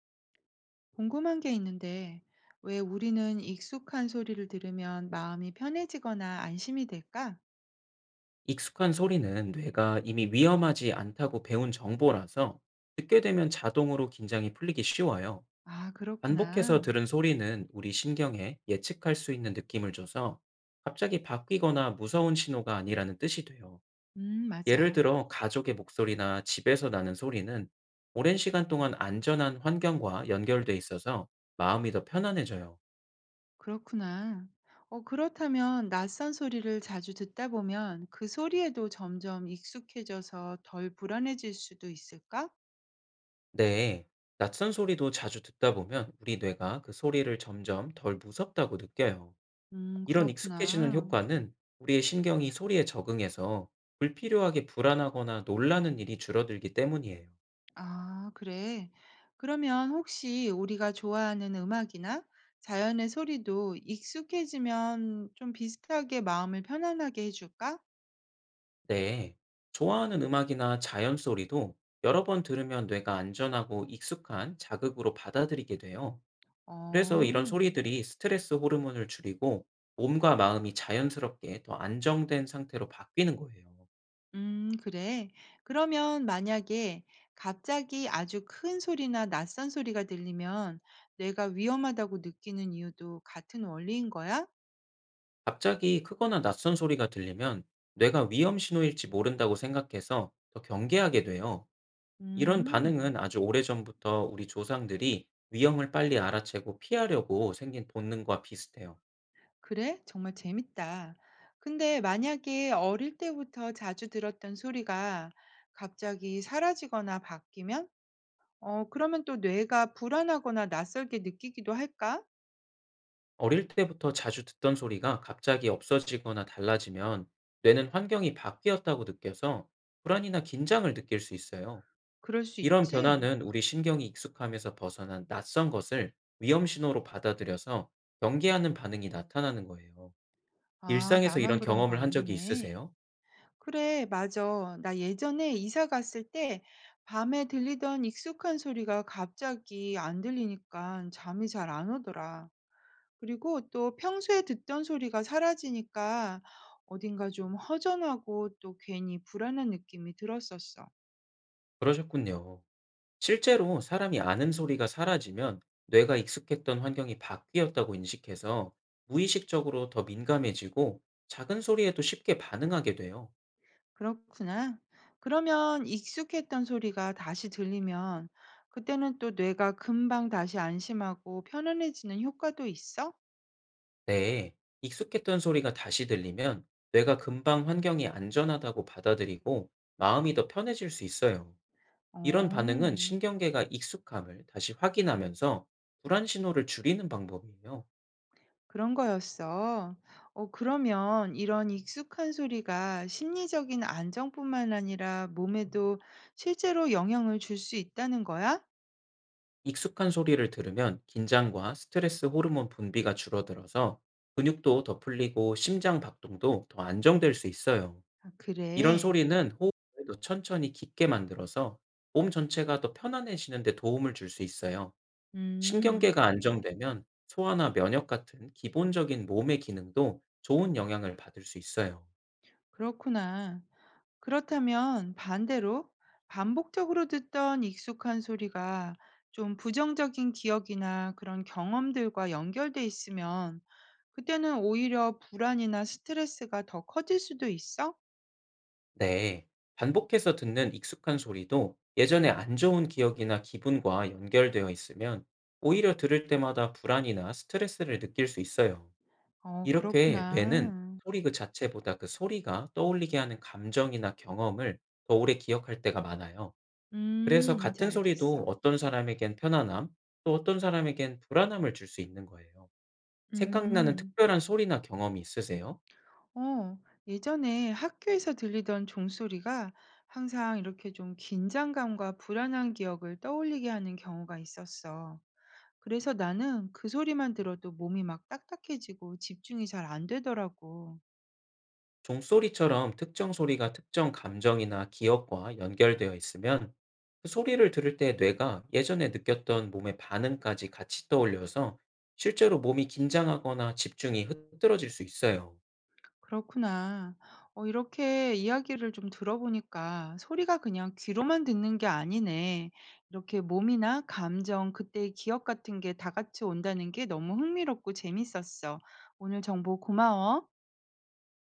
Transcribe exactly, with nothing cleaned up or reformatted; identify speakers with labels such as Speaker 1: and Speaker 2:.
Speaker 1: 궁금한 게 있는데, 왜 우리는 익숙한 소리를 들으면 마음이 편해지거나 안심이 될까?
Speaker 2: 익숙한 소리는 뇌가 이미 위험하지 않다고 배운 정보라서 듣게 되면 자동으로 긴장이 풀리기 쉬워요.
Speaker 1: 아,
Speaker 2: 반복해서
Speaker 1: 그렇구나.
Speaker 2: 들은 소리는 우리 신경에 예측할 수 있는 느낌을 줘서 갑자기 바뀌거나 무서운 신호가 아니라는 뜻이 돼요.
Speaker 1: 음,
Speaker 2: 예를
Speaker 1: 맞아.
Speaker 2: 들어 가족의 목소리나 집에서 나는 소리는 오랜 시간 동안 안전한 환경과 연결돼 있어서 마음이 더 편안해져요.
Speaker 1: 그렇구나. 어, 그렇다면 낯선 소리를 자주 듣다 보면 그 소리에도 점점 익숙해져서 덜 불안해질 수도 있을까?
Speaker 2: 네. 낯선 소리도 자주 듣다 보면 우리 뇌가 그 소리를 점점 덜 무섭다고 느껴요.
Speaker 1: 음,
Speaker 2: 이런 익숙해지는
Speaker 1: 그렇구나.
Speaker 2: 효과는 우리의 신경이 소리에 적응해서 불필요하게 불안하거나 놀라는 일이 줄어들기 때문이에요.
Speaker 1: 아, 그래. 그러면 혹시 우리가 좋아하는 음악이나 자연의 소리도 익숙해지면 좀 비슷하게 마음을 편안하게 해줄까?
Speaker 2: 네. 좋아하는 음악이나 자연 소리도 여러 번 들으면 뇌가 안전하고 익숙한 자극으로 받아들이게 돼요. 그래서 이런
Speaker 1: 어,
Speaker 2: 소리들이 스트레스 호르몬을 줄이고 몸과 마음이 자연스럽게 더 안정된 상태로 바뀌는 거예요.
Speaker 1: 음, 그래. 그러면 만약에 갑자기 아주 큰 소리나 낯선 소리가 들리면 내가 위험하다고 느끼는 이유도 같은 원리인 거야?
Speaker 2: 갑자기 크거나 낯선 소리가 들리면 뇌가 위험 신호일지 모른다고 생각해서 더 경계하게 돼요. 이런
Speaker 1: 음.
Speaker 2: 반응은 아주 오래전부터 우리 조상들이 위험을 빨리 알아채고 피하려고 생긴 본능과 비슷해요.
Speaker 1: 그래? 정말 재밌다. 근데 만약에 어릴 때부터 자주 들었던 소리가 갑자기 사라지거나 바뀌면? 어, 그러면 또 뇌가 불안하거나 낯설게 느끼기도 할까?
Speaker 2: 어릴 때부터 자주 듣던 소리가 갑자기 없어지거나 달라지면 뇌는 환경이 바뀌었다고 느껴서 불안이나 긴장을 느낄 수 있어요.
Speaker 1: 그럴 수
Speaker 2: 이런
Speaker 1: 있지?
Speaker 2: 변화는 우리 신경이 익숙함에서 벗어난 낯선 것을 위험 신호로 받아들여서 경계하는 반응이 나타나는 거예요.
Speaker 1: 아,
Speaker 2: 일상에서
Speaker 1: 나만
Speaker 2: 이런
Speaker 1: 그런 거
Speaker 2: 경험을 한 적이
Speaker 1: 아니네.
Speaker 2: 있으세요?
Speaker 1: 그래, 맞아. 나 예전에 이사 갔을 때 밤에 들리던 익숙한 소리가 갑자기 안 들리니까 잠이 잘 안 오더라. 그리고 또 평소에 듣던 소리가 사라지니까 어딘가 좀 허전하고 또 괜히 불안한 느낌이 들었었어.
Speaker 2: 그러셨군요. 실제로 사람이 아는 소리가 사라지면 뇌가 익숙했던 환경이 바뀌었다고 인식해서 무의식적으로 더 민감해지고 작은 소리에도 쉽게 반응하게 돼요.
Speaker 1: 그렇구나. 그러면 익숙했던 소리가 다시 들리면 그때는 또 뇌가 금방 다시 안심하고 편안해지는 효과도 있어?
Speaker 2: 네, 익숙했던 소리가 다시 들리면 뇌가 금방 환경이 안전하다고 받아들이고 마음이 더 편해질 수 있어요.
Speaker 1: 어,
Speaker 2: 이런 반응은 신경계가 익숙함을 다시 확인하면서 불안 신호를 줄이는 방법이에요.
Speaker 1: 그런 거였어. 어, 그러면 이런 익숙한 소리가 심리적인 안정뿐만 아니라 몸에도 실제로 영향을 줄 수 있다는 거야?
Speaker 2: 익숙한 소리를 들으면 긴장과 스트레스 호르몬 분비가 줄어들어서 근육도 더 풀리고 심장 박동도 더 안정될 수 있어요.
Speaker 1: 아,
Speaker 2: 이런
Speaker 1: 그래.
Speaker 2: 소리는 호흡을 더 천천히 깊게 만들어서 몸 전체가 더 편안해지는데 도움을 줄 수 있어요.
Speaker 1: 음,
Speaker 2: 신경계가 안정되면 소화나 면역 같은 기본적인 몸의 기능도 좋은 영향을 받을 수 있어요.
Speaker 1: 그렇구나. 그렇다면 반대로 반복적으로 듣던 익숙한 소리가 좀 부정적인 기억이나 그런 경험들과 연결돼 있으면 그때는 오히려 불안이나 스트레스가 더 커질 수도 있어?
Speaker 2: 네, 반복해서 듣는 익숙한 소리도 예전에 안 좋은 기억이나 기분과 연결되어 있으면 오히려 들을 때마다 불안이나 스트레스를 느낄 수 있어요.
Speaker 1: 어,
Speaker 2: 이렇게 뇌는
Speaker 1: 그렇구나.
Speaker 2: 소리 그 자체보다 그 소리가 떠올리게 하는 감정이나 경험을 더 오래 기억할 때가 많아요. 그래서
Speaker 1: 음, 이제
Speaker 2: 같은 소리도
Speaker 1: 알겠어.
Speaker 2: 어떤 사람에겐 편안함, 또 어떤 사람에겐 불안함을 줄 수 있는 거예요. 생각나는
Speaker 1: 음,
Speaker 2: 특별한 소리나 경험이 있으세요?
Speaker 1: 어, 예전에 학교에서 들리던 종소리가 항상 이렇게 좀 긴장감과 불안한 기억을 떠올리게 하는 경우가 있었어. 그래서 나는 그 소리만 들어도 몸이 막 딱딱해지고 집중이 잘 안 되더라고.
Speaker 2: 종소리처럼 특정 소리가 특정 감정이나 기억과 연결되어 있으면 그 소리를 들을 때 뇌가 예전에 느꼈던 몸의 반응까지 같이 떠올려서 실제로 몸이 긴장하거나 집중이 흐트러질 수 있어요.
Speaker 1: 그렇구나. 어, 이렇게 이야기를 좀 들어보니까 소리가 그냥 귀로만 듣는 게 아니네. 이렇게 몸이나 감정, 그때의 기억 같은 게 다 같이 온다는 게 너무 흥미롭고 재밌었어. 오늘 정보 고마워.